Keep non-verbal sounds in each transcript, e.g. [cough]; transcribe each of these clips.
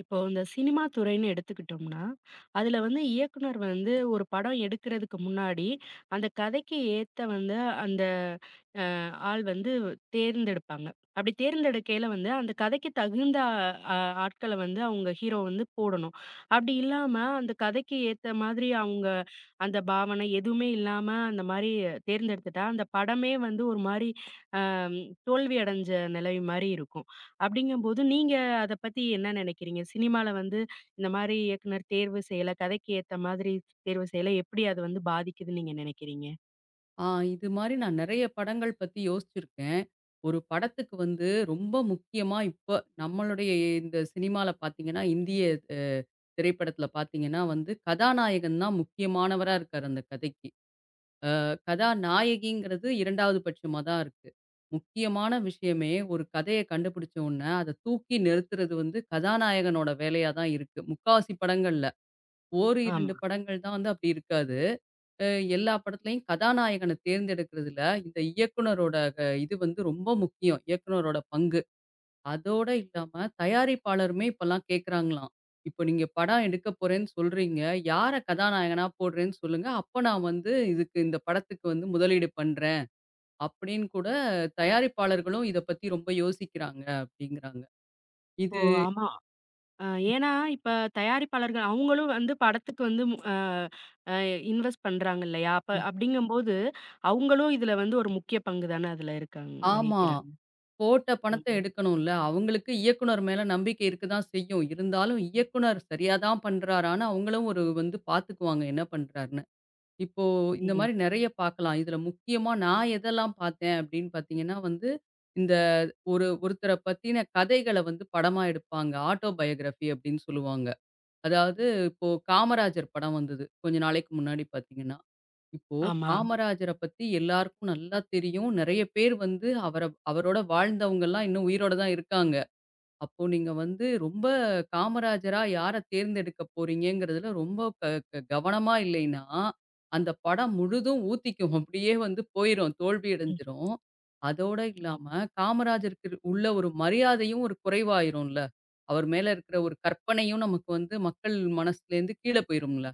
இப்போ இந்த சினிமா துறைன்னு எடுத்துக்கிட்டோம்னா, அதுல வந்து இயக்குனர் வந்து ஒரு படம் எடுக்கிறதுக்கு முன்னாடி, அந்த கதைக்கு ஏத்த வந்து அந்த ஆள் வந்து தேர்ந்தெடுப்பாங்க. அப்படி தேர்ந்தெடுக்கையில வந்து அந்த கதைக்கு தகுந்த அ ஆட்கள வந்து அவங்க ஹீரோ வந்து போடணும். அப்படி இல்லாம அந்த கதைக்கு ஏத்த மாதிரி அவங்க அந்த பாவனை எதுவுமே இல்லாம அந்த மாரி தேர்ந்தெடுத்துட்டா, அந்த படமே வந்து ஒரு மாரி அ தோல்வி அடைஞ்ச நிலை மாரி இருக்கும். அப்படிங்கும்போது நீங்க அத பத்தி என்ன நினைக்கிறீங்க? சினிமால வந்து இந்த மாரி இயக்குனர் தேர்வு செய்யல, கதைக்கு ஏத்த மாதிரி தேர்வு செய்யல எப்படி அது வந்து பாதிக்குதுன்னு நீங்க நினைக்கிறீங்க? ஆ. இது மாரி நான் நெறைய படங்கள் பத்தி யோசிச்சிருக்கேன். ஒரு படத்துக்கு வந்து ரொம்ப முக்கியமா இப்ப நம்மளுடைய இந்த சினிமால பார்த்தீங்கன்னா, இந்திய அ திரைப்படத்துல பார்த்தீங்கன்னா வந்து, கதாநாயகன் தான் முக்கியமானவரா இருக்காரு அந்த கதைக்கு. கதாநாயகிங்கிறது 2வது பட்சமா தான் இருக்கு. முக்கியமான விஷயமே ஒரு கதைய கண்டுபிடிச்ச உடனே, அத தூக்கி நிறுத்துறது வந்து கதாநாயகனோட வேலையா தான் இருக்கு. முக்காவாசி படங்கள்ல. ஓரு 2 ஆமா. படங்கள் தான் வந்து அப்படி இருக்காது. எல்லா படத்துலயும் கதாநாயகனை தேர்ந்தெடுக்கிறதுல இந்த இயக்குனரோட இது வந்து ரொம்ப முக்கியம் இயக்குனரோட பங்கு. அதோட இல்லாம தயாரிப்பாளருமே இப்பெல்லாம் கேக்குறாங்களாம். இப்போ நீங்க படம் எடுக்க போறேன்னு சொல்றீங்க, யார கதாநாயகனா போடுறேன்னு சொல்லுங்க, அப்ப நான் வந்து இதுக்கு இந்த படத்துக்கு வந்து முதலீடு பண்றேன் அப்படின்னு கூட தயாரிப்பாளர்களும் இத பத்தி ரொம்ப யோசிக்கிறாங்க அப்படிங்கிறாங்க ஓ! இது ஆமா. அ ஏன்னா, இப்ப தயாரிப்பாளர்கள் அவங்களும் வந்து படத்துக்கு வந்து மு அ அ இன்வெஸ்ட் பண்றாங்க இல்லையா? அப்படிங்கும்போது, அவங்களும் இதுல வந்து ஒரு முக்கிய பங்கு தான அதுல இருக்காங்க ஆமா. வகிக்கிறாங்க. போட்ட பணத்த ம். எடுக்கணும்ல. அவங்களுக்கு இயக்குனர் மேல நம்பிக்கை இருக்க தான் செய்யும். இருந்தாலும் இயக்குனர் சரியா தான் பண்றாரான்னு அவங்களும் ஒரு வந்து பார்த்துக்குவாங்க என்ன பண்றாருன்னு. இப்போ இந்த ம். மாரி நெறைய பார்க்கலாம். இதுல முக்கியமா நான் எதெல்லாம் பார்த்தேன் அப்படின்னு பார்த்தீங்கன்னா வந்து, இந்த ஒரு ஒருத்தர பத்தின கதைகள வந்து படமா எடுப்பாங்க. ஆட்டோபயோகிராஃபி அப்படின்னு சொல்லுவாங்க. அதாவது இப்போ காமராஜர் படம் வந்தது. கொஞ்ச நாளைக்கு முன்னாடி பார்த்தீங்கன்னா. இப்போ ஆமா. காமராஜர பத்தி எல்லாருக்கும் நல்லா தெரியும். நெறைய பேர் வந்து அவர அவரோட வாழ்ந்தவங்கலாம் இன்னும் உயிரோட தான் இருக்காங்க. அப்போ நீங்க வந்து ரொம்ப காமராஜரா யார தேர்ந்தெடுக்க போறீங்கங்கிறதுல ரொம்ப க க கவனமா இல்லைன்னா, அந்த படம் முழுதும் ஊத்திக்கும். அப்படியே வந்து போயிரும். தோல்வி ம். அடைஞ்சிரும். அதோட இல்லாம ஆமா. காமராஜருக்கு உள்ள ஒரு மரியாதையும் ஒரு குறைவாயிரும்ல. அவர் மேல இருக்கிற ஒரு கற்பனையும் நமக்கு வந்து மக்கள் மனசுலேருந்து கீழ போயிரும்ல.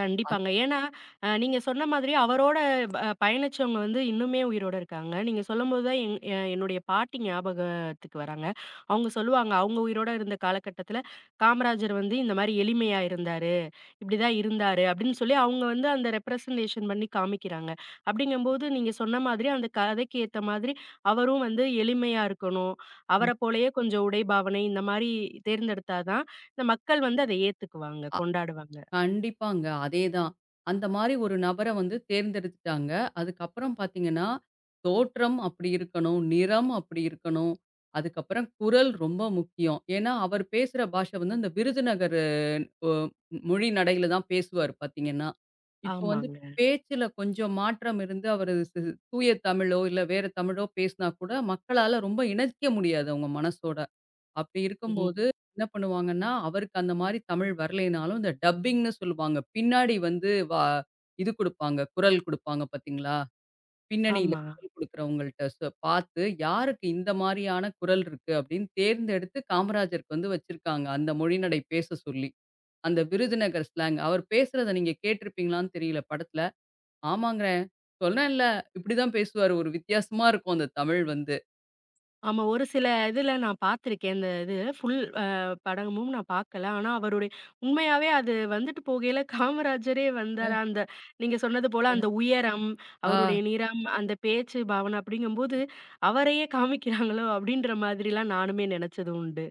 கண்டிப்பாங்க. ஏன்னா, நீங்க சொன்ன மாதிரி அவரோட ப பயணிச்சவங்க வந்து இன்னுமே உயிரோட இருக்காங்க. நீங்க சொல்லும்போது தான் என்னுடைய பாட்டி ஞாபகத்துக்கு வராங்க. அவங்க சொல்லுவாங்க, அவங்க உயிரோட இருந்த காலகட்டத்துல, காமராஜர் வந்து இந்த மாரி எளிமையா இருந்தாரு. இப்படிதான் இருந்தாரு அப்படின்னு சொல்லி அவங்க வந்து அந்த ரெப்ரசன்டேஷன் பண்ணி காமிக்கிறாங்க. அப்படிங்கும்போது நீங்க சொன்ன மாதிரி அந்த கதைக்கு ஏத்த மாதிரி அவரும் வந்து எளிமையா இருக்கணும். ம். அவரைப் போலயே கொஞ்சம் உடை, பாவனை இந்த மாரி தேர்ந்தெடுத்தா தான் இந்த மக்கள் வந்து அதை ஏத்துக்குவாங்க, கொண்டாடுவாங்க. கண்டிப்பாங்க. அதேதான். அந்த மாரி ஒரு நபர வந்து தேர்ந்தெடுத்துட்டாங்க. அதுக்கப்புறம் பார்த்தீங்கன்னா, தோற்றம் அப்படி இருக்கணும், நிறம் அப்படி இருக்கணும், அதுக்கப்புறம் குரல் ரொம்ப முக்கியம். ஏன்னா, அவர் பேசுற பாஷ வந்து அந்த விருதுநகர் ஒ மொழி நடையில தான் பேசுவாரு பார்த்தீங்கன்னா. இப்போ வந்து ஆமாங்க. பேச்சுல கொஞ்சம் மாற்றம் இருந்து அவரு தூய தமிழோ, இல்ல வேற தமிழோ பேசினா கூட மக்களால ரொம்ப இணைக்க முடியாது அவங்க மனசோட. அப்படி ம். இருக்கும்போது என்ன பண்ணுவாங்கன்னா, அவருக்கு அந்த மாரி தமிழ் வரலைனாலும், இந்த டப்பிங்ன்னு சொல்லுவாங்க. பின்னாடி வந்து இது குடுப்பாங்க. குரல் குடுப்பாங்க பார்த்தீங்களா? பின்னணியில ஆமா. குரல் குடுக்குறவங்கள்ட்ட சொ பார்த்து, யாருக்கு இந்த மாரியான குரல் இருக்கு அப்படின்னு தேர்ந்தெடுத்து காமராஜருக்கு வந்து வச்சிருக்காங்க. அந்த மொழிநடை பேச சொல்லி. அந்த விருதுநகர் ஸ்லாங். அவர் பேசுறத நீங்க கேட்டிருப்பீங்களான்னு தெரியல படத்துல. "ஆமாங்கிறேன், சொன்னேன்ல இப்படிதான் பேசுவாரு." ஒரு வித்தியாசமா இருக்கும் அந்த தமிழ் வந்து. ஆமா. ஒரு சில இதுல நான் பார்த்துருக்கேன். இது ஃபுல் படமும் நான் பார்க்கல. ஆனா, அவருடைய உண்மையாவே அது வந்துட்டு போகையில காமராஜரே அ, வந்தாரா, அந்த நீங்க சொன்னது போல அந்த உயரம், அவருடைய ஆ. நிறம், அந்த பேச்சு பாவனை அப்படிங்கும்போது, அவரையே காமிக்கிறாங்களோ அப்படின்ற மாதிரிலாம் நானுமே நெனச்சது உண்டு.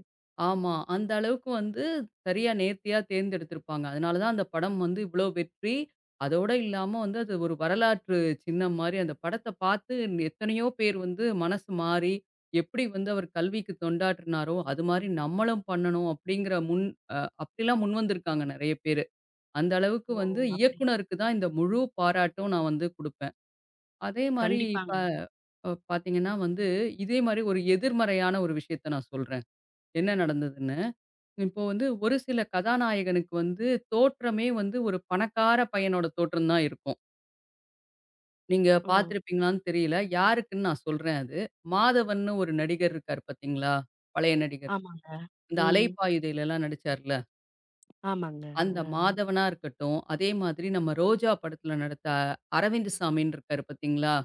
ஆமா. அந்த அளவுக்கு வந்து சரியா நேர்த்தியா தேர்ந்தெடுத்திருப்பாங்க. அதனால தான் அந்த படம் வந்து இவ்ளோ வெற்றி. அதோட இல்லாம வந்து அது ஒரு வரலாற்று சின்னம் மாரி. அந்த படத்த பார்த்து எத்தனையோ பேர் வந்து மனசு மாறி, எப்படி வந்து அவர் கல்விக்கு தொண்டாற்றினாரோ, அது மாரி நம்மளும் பண்ணணும் அப்படிங்கிற முன் அ அப்படிலாம் முன் வந்திருக்காங்க நெறைய பேரு. அந்த அளவுக்கு ஓ! வந்து அப்படி. இயக்குனருக்கு தான் இந்த முழு பாராட்டும் நான் வந்து குடுப்பேன். அதே மாரி இப்ப கண்டிப்பாங்க. பார்த்தீங்கன்னா வந்து, இதே மாரி ஒரு எதிர்மறையான ஒரு விஷயத்த நான் சொல்றேன். என்ன நடந்ததுன்னு. இப்போ வந்து ஒரு சில கதாநாயகனுக்கு வந்து தோற்றமே வந்து ஒரு பணக்கார பையனோட தோற்றம் தான் இருக்கும். நீங்க ஓ! பார்த்திருப்பீங்களான்னு தெரியல. யாருக்குன்னு நான் சொல்றேன் அது. மாதவன்னு ஒரு நடிகர் இருக்காரு பார்த்தீங்களா? பழைய நடிகர். ஆமாங்க. இந்த ம். அலைபாயுதையிலலாம் நடிச்சார்ல. ஆமாங்க. அந்த அ. மாதவனா இருக்கட்டும், அதே மாதிரி நம்ம ரோஜா படத்துல நடித்த அரவிந்த் சாமின்னு இருக்காரு பார்த்தீங்களா?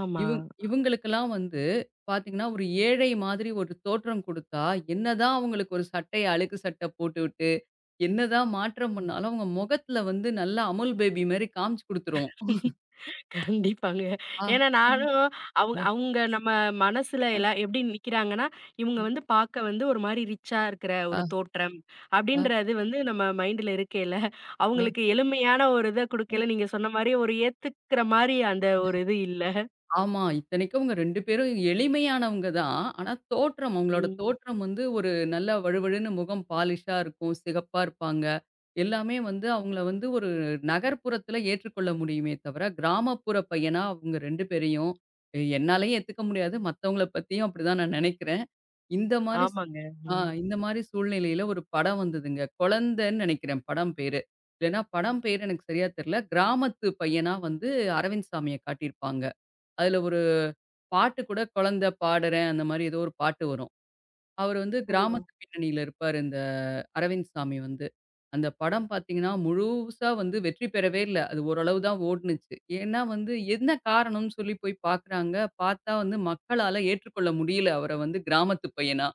ஆமா. இவுங்களுக்கெல்லாம் வந்து பார்த்தீங்கன்னா, ஒரு ஏழை மாதிரி ஒரு தோற்றம் குடுத்தா, என்னதான் அவுங்களுக்கு ஒரு சட்டைய அழுக்கு சட்டை போட்டுவிட்டு, என்னதான் மாற்றம் பண்ணாலும், அவுங்க முகத்துல வந்து நல்லா அமுல் பேபி மாரி காமிச்சு குடுத்துரும். கண்டிப்பாங்க. ஆ, ஏன்னா அ, நானும் அவங்க அ, அவங்க நம்ம மனசுல எல்லாம் எப்படி நிக்கிறாங்கன்னா, இவங்க வந்து பார்க்க வந்து ஒரு மாரி ரிச்சா இருக்கிற ஒரு அ, தோற்றம் அ, அப்படின்றது வந்து நம்ம மைண்ட்ல இருக்கையில, அ. அவங்களுக்கு எளிமையான ஒரு இத குடுக்கையில நீங்க சொன்ன மாரி ஒரு ஏத்துக்கிற மாரி அந்த ஒரு இது இல்ல. ஆமா. இத்தனைக்கும் அவங்க 2 பேரும் எளிமையானவங்க தான். ஆனா தோற்றம் அவங்களோட ம். தோற்றம் வந்து ஒரு நல்ல வழுவழுன்னு முகம் பாலிஷா இருக்கும். சிகப்பா இருப்பாங்க. எல்லாமே வந்து அவங்கள வந்து ஒரு நகர்ப்புறத்தில ஏற்றுக்கொள்ள முடியுமே தவிர, கிராமப்புற பையனா அவங்க 2 பேரையும் என்னாலயும் ஏத்துக்க முடியாது. மத்தவங்கள பத்தியும் அப்படிதான் நான் நெனைக்கிறேன். இந்த மாரி ஸ் ஆமாங்க. ஆ ம். இந்த மாரி சூழ்நிலையில ஒரு படம் வந்ததுங்க. குழந்தன்னு நெனைக்கிறேன் படம் பேரு. இல்லன்னா படம் பேரு எனக்கு சரியா தெரியல. கிராமத்து பையனா வந்து அரவிந்த் சாமிய காட்டியிருப்பாங்க. அதுல பாட்டு கூட குழந்த பாடுறேன் அந்த மாரி ஏதோ ஒரு பாட்டு வரும். அவரு வந்து ஓ! கிராமத்து பின்னணியில இருப்பாரு இந்த அரவிந்த் சாமி வந்து. அந்த படம் பார்த்தீங்கன்னா, முழுசா வந்து வெற்றி பெறவே இல்ல. அது ஓரளவு தான் ஓடுனுச்சு. ஏன்னா வந்து என்ன காரணம்னு சொல்லி போய் பார்க்குறாங்க. பார்த்தா வந்து மக்களால ஏற்றுக்கொள்ள முடியல அவர வந்து கிராமத்து பையனா.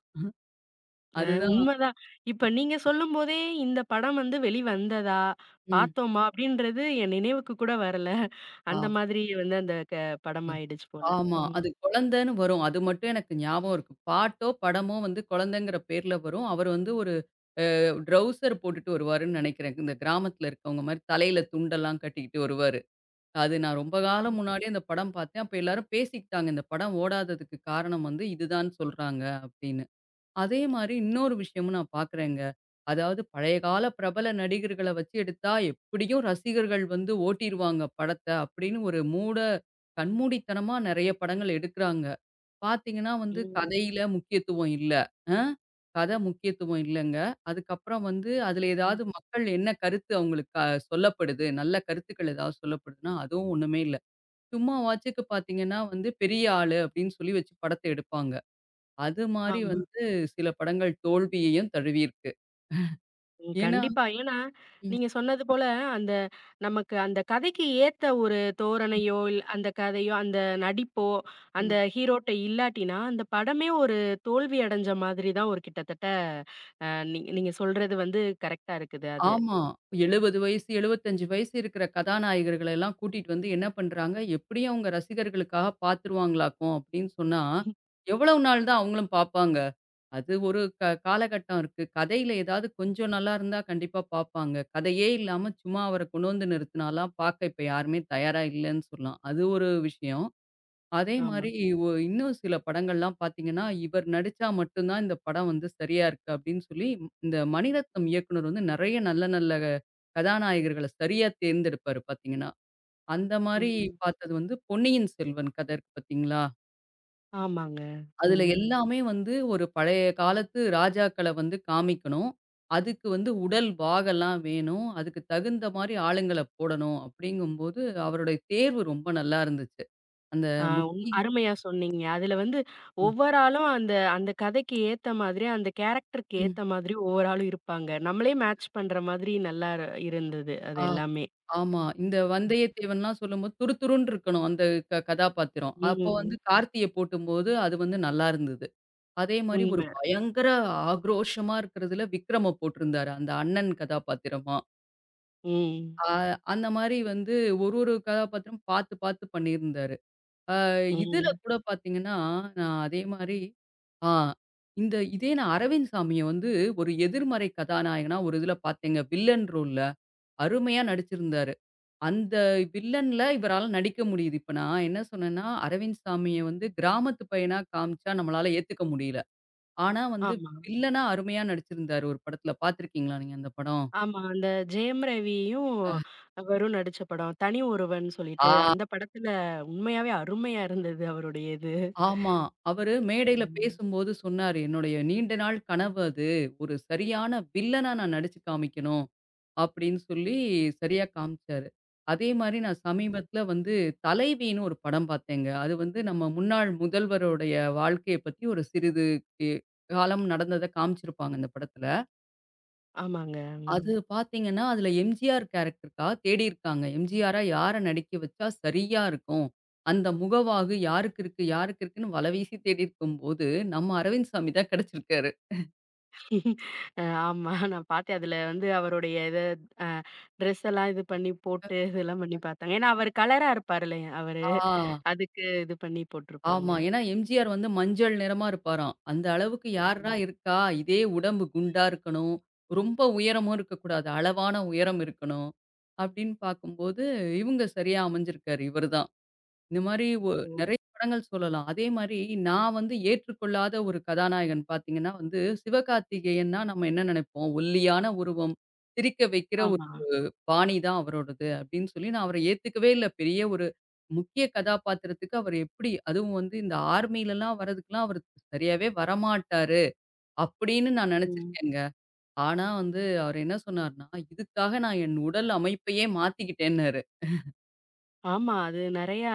அ அதுதான் உண்மதான். இப்ப நீங்க சொல்லும்போதே இந்த படம் வந்து வெளிவந்ததா? ம். பார்த்தோமா? அப்படின்றது என் நினைவுக்கு கூட வரல. ஆ. அந்த மாதிரி வந்து அந்த படம் ம். ஆயிடுச்சு போல. ஆமா. ம். அது குழந்தன்னு வரும். அது மட்டும் எனக்கு ஞாபகம் இருக்கு. பாட்டோ, படமோ வந்து குழந்தைங்கிற பேர்ல வரும். அவரு வந்து ஒரு ட்ரவுசர் போட்டுட்டு வருவாருன்னு நினைக்கிறேன். இந்த கிராமத்துல இருக்கவங்க மாரி தலையில துண்டெல்லாம் கட்டிக்கிட்டு வருவாரு. அது நான் ரொம்ப காலம் முன்னாடி அந்த படம் பார்த்தேன். அப்ப எல்லாரும் பேசிக்கிட்டாங்க. இந்த படம் ஓடாததுக்கு காரணம் வந்து இதுதான் சொல்றாங்க அப்படின்னு. அதே மாரி இன்னொரு விஷயமும் நான் பார்க்குறேங்க. அதாவது பழைய கால பிரபல நடிகர்கள வச்சு எடுத்தா எப்படியும் ரசிகர்கள் வந்து ஓட்டிருவாங்க படத்த அப்படின்னு ஒரு மூட கண்மூடித்தனமா நெறைய படங்கள் எடுக்குறாங்க. பார்த்தீங்கன்னா வந்து ம், கதையில முக்கியத்துவம் இல்ல. அ கதை முக்கியத்துவம் இல்லங்க. அதுக்கப்புறம் வந்து அதுல ம். ஏதாவது மக்கள் என்ன கருத்து அவங்களுக்கு சொல்லப்படுது, நல்ல கருத்துக்கள் ஏதாவது சொல்லப்படுதுன்னா, அதுவும் ஒண்ணுமே இல்ல. சும்மா வாச்சுக்கு பார்த்தீங்கன்னா வந்து பெரிய ஆளு அப்படின்னு சொல்லி வச்சு படத்த எடுப்பாங்க. அது மாரி ஆமா. வந்து சில படங்கள் தோல்வியையும் தழுவியிருக்கு. ம். ஏன்னா கண்டிப்பா. ஏன்னா, ம். நீங்க சொன்னது போல அந்த நமக்கு அந்த கதைக்கு ஏத்த ஒரு தோரணையோ, அந்த கதையோ, அந்த நடிப்போ, அந்த ம். ஹீரோட்ட இல்லாட்டினா, அந்த படமே ஒரு தோல்வி அடைஞ்ச மாதிரி தான் ஒரு கிட்டத்தட்ட அ நீங்க நீங்க சொல்றது வந்து கரெக்ட்டா இருக்குது அது. ஆமா. 70 வயசு, 75 வயசு இருக்கிற கதாநாயகர்கள எல்லாம் கூட்டிட்டு வந்து என்ன பண்றாங்க, எப்படியும் அவங்க ரசிகர்களுக்காக பார்த்துருவாங்களாக்கும் அப்படின்னு சொன்னா, எவ்வளவு நாள் தான் அவங்களும் பார்ப்பாங்க? அது ஒரு க காலகட்டம் இருக்கு. கதையில ஏதாவது கொஞ்சம் நல்லா இருந்தா கண்டிப்பா பார்ப்பாங்க. கதையே இல்லாம சும்மா அவர கொண்டு வந்து நிறுத்தினாலாம் பார்க்க இப்ப யாருமே தயாரா இல்லன்னு சொல்லலாம். அது ஒரு விஷயம். அதே ஆமா. மாரி இன்னும் சில படங்கள்லாம் பார்த்தீங்கன்னா, இவர் நடிச்சா மட்டும் தான் இந்த படம் வந்து சரியா இருக்கு அப்படின்னு சொல்லி, இந்த மணிரத்னம் இயக்குனர் வந்து நெறைய நல்ல நல்ல கதாநாயகர்கள சரியா தேர்ந்தெடுப்பாரு பார்த்தீங்கன்னா. அந்த மாரி ம். பார்த்தது வந்து பொன்னியின் செல்வன் கதை இருக்கு பார்த்தீங்களா? ஆமாங்க. அதுல ம். எல்லாமே வந்து ஒரு பழைய காலத்து ராஜாக்கள வந்து காமிக்கணும். அதுக்கு வந்து உடல் வாகெல்லாம் வேணும். அதுக்கு தகுந்த மாரி ஆளுங்கள போடணும் அப்படிங்கும்போது, அவருடைய தேர்வு ரொம்ப நல்லா இருந்துச்சு. அந்த ஆ உண் முக்கிய அருமையா சொன்னீங்க. அதுல வந்து ம். ஒவ்வொரு ஆளும் அந்த அந்த கதைக்கு ஏத்த மாதிரி, அந்த கேரக்டருக்கு ம். ஏத்த மாதிரி ஒவ்வொரு ஆளும் இருப்பாங்க. நம்மளே மேட்ச் பண்ற மாதிரி நல்லா இருந்தது அது எல்லாமே. ஆமா. இந்த வந்தயத்தேவன்லாம் சொல்லும்போது துருதுருன்னு இருக்கணும் அந்த க கதாபாத்திரம். அப்போ ம். வந்து கார்த்திய போட்டும்போது அது வந்து நல்லாருந்தது. அதே மாரி ஒரு உண்ம. பயங்கர ஆக்ரோஷமா இருக்கிறதுல விக்ரம போட்டிருந்தாரு. அந்த அண்ணன் கதாபாத்திரமா. ம். அ அந்த மாரி வந்து ஒரு ஒரு கதாபாத்திரம் பார்த்து பார்த்து பண்ணியிருந்தாரு. அ இதுல ம். கூட பார்த்தீங்கன்னா, நான் அதே மாரி ஆ இந்த இதே நான் அரவிந்த் சாமிய வந்து ஒரு எதிர்மறை கதாநாயகனா ஒரு இதுல பார்த்தேங்க. வில்லன் ரோல்ல. அருமையா நடிச்சிருந்தாரு. அந்த வில்லன்ல இவரால நடிக்க முடியுது. இப்ப நான் என்ன சொன்னேன்னா, அரவிந்த் சாமிய வந்து கிராமத்து பையனா காமிச்சா நம்மளால ஏத்துக்க முடியல. ஆனா வந்து ஆமா. வில்லனா அருமையா நடிச்சிருந்தாரு ஒரு படத்துல. பார்த்துருக்கீங்களா நீங்க அந்த படம்? ஆமா. அந்த ஜெயம் ரவியும், ஆ. அவரும் நடிச்ச படம். தனி ஒருவன் ஆ, சொல்லிட்டு அந்த படத்துல உண்மையாவே அருமையா இருந்தது அவருடைய இது. ஆமா. அவரு மேடையில ம். பேசும்போது சொன்னாரு, "என்னுடைய நீண்ட நாள் கனவு அது. ஒரு சரியான வில்லனா நான் நடிச்சு காமிக்கணும்." அப்படின்னு சொல்லி சரியா காமிச்சாரு. அதே மாரி நான் சமீபத்தில வந்து தலைவின்னு ஒரு படம் பார்த்தேங்க. அது வந்து நம்ம முன்னாள் முதல்வருடைய வாழ்க்கைய பத்தி ஒரு சிறிது எ காலம் நடந்தத காமிச்சிருப்பாங்க இந்த படத்தில. ஆமாங்க. ம். அது பார்த்தீங்கன்னா, அதில எம்ஜிஆர் கேரக்டருக்கா தேடியிருக்காங்க. எம்ஜிஆரா யார நடிக்க வச்சா சரியா இருக்கும். அந்த முகவாகு யாருக்கு இருக்கு, யாருக்கு இருக்குன்னு வலவீசி தேடியிருக்கும்போது, நம்ம அரவிந்த் சாமி தான் கிடைச்சிருக்காரு. அ ஆமா. நான் பார்த்தேன். அதுல வந்து அவருடைய இத அ ட்ரெஸ் எல்லாம் இது பண்ணி போட்டு இதெல்லாம் பண்ணி பார்த்தாங்க. ஏன்னா அவரு கலரா இருப்பாருல அவரு. ஆ. அதுக்கு இது பண்ணி போட்டிருப்பாங்க. ஆமா. ஏன்னா, எம்ஜிஆர் வந்து மஞ்சள் நிறமா இருப்பாராம். அந்த அளவுக்கு யார்ரா ம். இருக்கா? இதே உடம்பு குண்டா இருக்கணும். ரொம்ப உயரமும் இருக்கக்கூடாது. அளவான உயரம் இருக்கணும். அப்படின்னு பார்க்கும்போது, இவங்க சரியா அமைஞ்சிருக்காரு. இவரு தான். இந்த மாரி ஓ! நெறைய படங்கள் சொல்லலாம். அதே மாரி நான் வந்து ஏற்றுக்கொள்ளாத ஒரு கதாநாயகன் பார்த்தீங்கன்னா வந்து, சிவகார்த்திகேயன்னா நம்ம என்ன நெனைப்போம்? ஒல்லியான உருவம், சிரிக்க வைக்கிற ஒரு ஆமா. பாணி தான் அவரோடது அப்படின்னு சொல்லி நான் அவர ஏத்துக்கவே இல்ல. பெரிய ஒரு முக்கிய கதாபாத்திரத்துக்கு அவர் எப்படி அதுவும் வந்து இந்த ஆர்மிலலாம் வர்றதுக்குலாம் அவரு சரியாவே வரமாட்டாரு அப்படின்னு நான் ம். நெனச்சிருக்கேங்க. ஆனா வந்து அவரு என்ன சொன்னாருன்னா, "இதுக்காக நான் என் உடல் அமைப்பையே மாத்திக்கிட்டேன்னாரு." ஆமா. அது நெறையா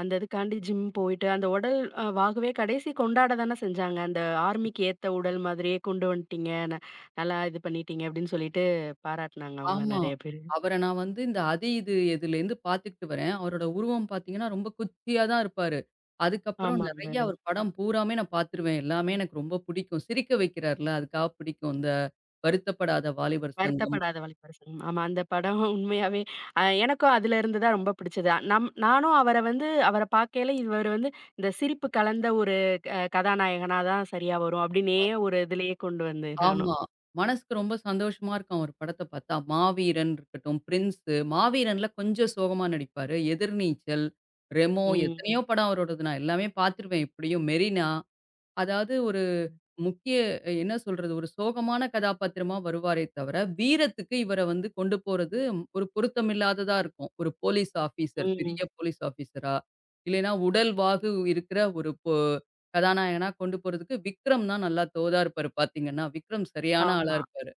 அந்த இதுக்காண்டி ஜிம் போயிட்டு அந்த உடல் வாகவே கடைசி கொண்டாட தான செஞ்சாங்க. அந்த ஆர்மிக்கு ஏத்த உடல் மாதிரியே கொண்டு வந்துட்டீங்க. நல்லா இது பண்ணிட்டீங்க அப்படின்னு சொல்லிட்டு பாராட்டுனாங்க அவங்கள ஆமா. நெறைய பேரு. அவர நான் வந்து இந்த அது இது இதுலேருந்து பார்த்துக்கிட்டு வரேன். அவரோட உருவம் பார்த்தீங்கன்னா, ரொம்ப குச்சியா தான் இருப்பாரு. அதுக்கப்புறம் ஆமாங்க. நெறைய அவர் படம் பூராமே நான் பார்த்துருவேன். எல்லாமே எனக்கு ரொம்ப பிடிக்கும். சிரிக்க வைக்கிறார்ல, அதுக்காக பிடிக்கும். இந்த வருத்தப்படாத வாலிபர் சங்கம். வருத்தப்படாத வாலிபர் சங்கம். ஆமா, அந்த படம் [laughs] உண்மையாவே எனக்கும் அதிலிருந்து தான் ரொம்ப பிடிச்சது. அ- நம் நானும் அவர வந்து அவர பார்க்கையில இவரு வந்து இந்த சிரிப்பு கலந்த ஒரு கதாநாயகனா தான் சரியா வரும் அப்டின்னே ஒரு இதுலயே கொண்டு வந்தேன் நானும். ஆமா. மனசுக்கு ரொம்ப சந்தோஷமா இருக்கும் அவர் படத்த பார்த்தா. மாவீரன் இருக்கட்டும், பிரின்ஸு. மாவீரன்ல கொஞ்சம் சோகமா நடிப்பாரு. எதிர்நீச்சல், ரெமோ ம், எத்தனையோ படம் அவரோடது. நான் எல்லாமே பார்த்துருவேன் எப்படியும். மெரினா. அதாவது ஒரு முக்கிய என்ன சொல்றது? ஒரு சோகமான கதாபாத்திரமா வருவாரே தவிர, வீரத்துக்கு இவர வந்து கொண்டு போறது ம், ஒரு பொருத்தமில்லாததா இருக்கும். ஒரு போலீஸ் ஆஃபீசர், ம். பெரிய போலீஸ் ஆஃபீசரா, இல்லைன்னா உடல்வாகு இருக்கிற ஒரு கதாநாயகனா கொண்டு போறதுக்கு விக்ரம் தான் நல்லா தோதா இருப்பாரு பார்த்தீங்கன்னா. விக்ரம் சரியான ஆளா ஆமா. இருப்பாரு.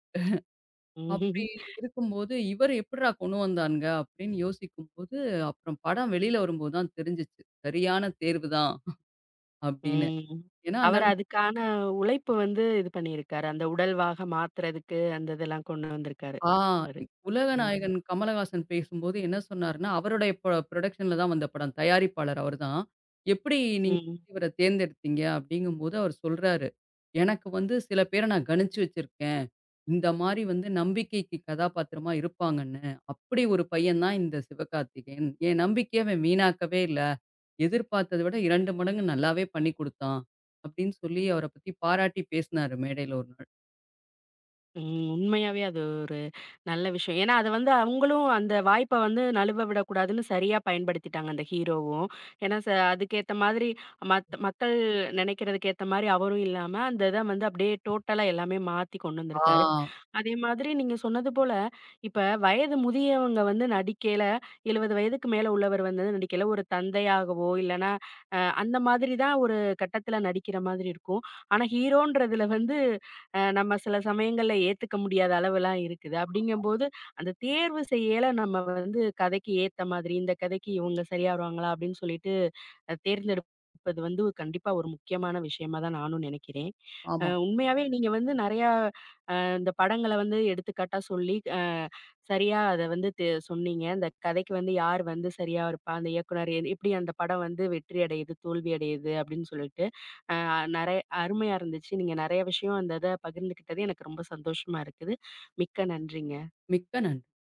அப்படி ம். இருக்கும்போது, இவரு எப்புட்றா கொண்டு வந்தானுங்க? அப்படின்னு யோசிக்கும்போது, அப்புறம் படம் வெளியில வரும்போது தான் தெரிஞ்சுச்சு. சரியான தேர்வு தான் அப்படின்னு. ம் ஏன்னா அந்த அவர் அதுக்கான உழைப்பு வந்து இது பண்ணியிருக்காரு. அந்த உடல்வாக மாத்துறதுக்கு அந்த இதெல்லாம் கொண்டு வந்திருக்காரு. ஆ அவரு. ம், உலகநாயகன் கமலஹாசன் பேசும்போது என்ன சொன்னாருன்னா, அவருடைய புரொடக்ஷன்ல தான் வந்த படம். தயாரிப்பாளர் அவர் தான். "எப்படி ம், நீங்க ம். இவர தேர்ந்தெடுத்தீங்க?" அப்படிங்கும்போது அவர் சொல்றாரு, "எனக்கு வந்து சில பேர நான் கணிச்சு வச்சிருக்கேன். இந்த மாரி வந்து நம்பிக்கைக்கு கதாபாத்திரமா இருப்பாங்கன்னு. அப்படி ஒரு பையன் தான் இந்த சிவகார்த்திகேயன். என் நம்பிக்கைய அவன் வீணாக்கவே இல்ல. எதிர்பார்த்தத விட 2 மடங்கு நல்லாவே பண்ணி குடுத்தான்." அப்படின்னு சொல்லி அவர பத்தி பாராட்டி பேசினாரு மேடையில ஒரு நாள். உண்மையாவே அது ஒரு நல்ல விஷயம். ஏன்னா, அது வந்து அவங்களும் அந்த வாய்ப்ப வந்து நழுவ விடக்கூடாதுன்னு சரியா பயன்படுத்திட்டாங்க அந்த ஹீரோவும். ஏன்னா அதுக்கேத்த மாதிரி மக்கள் நெனைக்கிறதுக்கு ஏத்த மாரி அவரும் இல்லாம, அந்த இத வந்து அப்படியே டோட்டலா எல்லாமே மாத்தி கொண்டு வந்திருக்காரு. ஆ. அதே மாதிரி நீங்க சொன்னது போல, இப்ப வயது முதியவங்க வந்து நடிக்கையில 70 வயதுக்கு மேல உள்ளவர் வந்து நடிக்கையில, ஒரு தந்தையாகவோ இல்லன்னா, அந்த மாதிரி தான் ஒரு கட்டத்தில நடிக்கிற மாதிரி இருக்கும். ஆனா, ஹீரோன்றதுல வந்து நம்ம சில சமயங்கள்ல ஏத்துக்க முடியாத அளவெல்லாம் இருக்குது. அப்படிங்கும்போது, அந்த தேர்வு செய்யல நம்ம வந்து கதைக்கு ஏத்த மாதிரி, இந்த கதைக்கு இவங்க சரியா வருவாங்களா? அப்படின்னு சொல்லிட்டு தேர்ந்தெடுப்பது வந்து கண்டிப்பா ஒரு முக்கியமான விஷயமா தான் நானும் நினைக்கிறேன். ஆமா. உண்மையாவே நீங்க வந்து நெறையா இந்த படங்கள வந்து எடுத்துக்காட்டா சொல்லி சரியா அத வந்து சொன்னீங்க. அந்த கதைக்கு வந்து யார் வந்து சரியா இருப்பா? அந்த இயக்குனர் எப்படி அந்த படம் வந்து வெற்றி அடையுது, தோல்வி அடையுது அப்படின்னு சொல்லிட்டு, அ நெறைய அருமையா இருந்துச்சு. நீங்க நெறைய விஷயம் அந்த இத பகிர்ந்துக்கிட்டது எனக்கு ரொம்ப சந்தோஷமா இருக்குது. மிக்க நன்றிங்க. மிக்க நன்றி.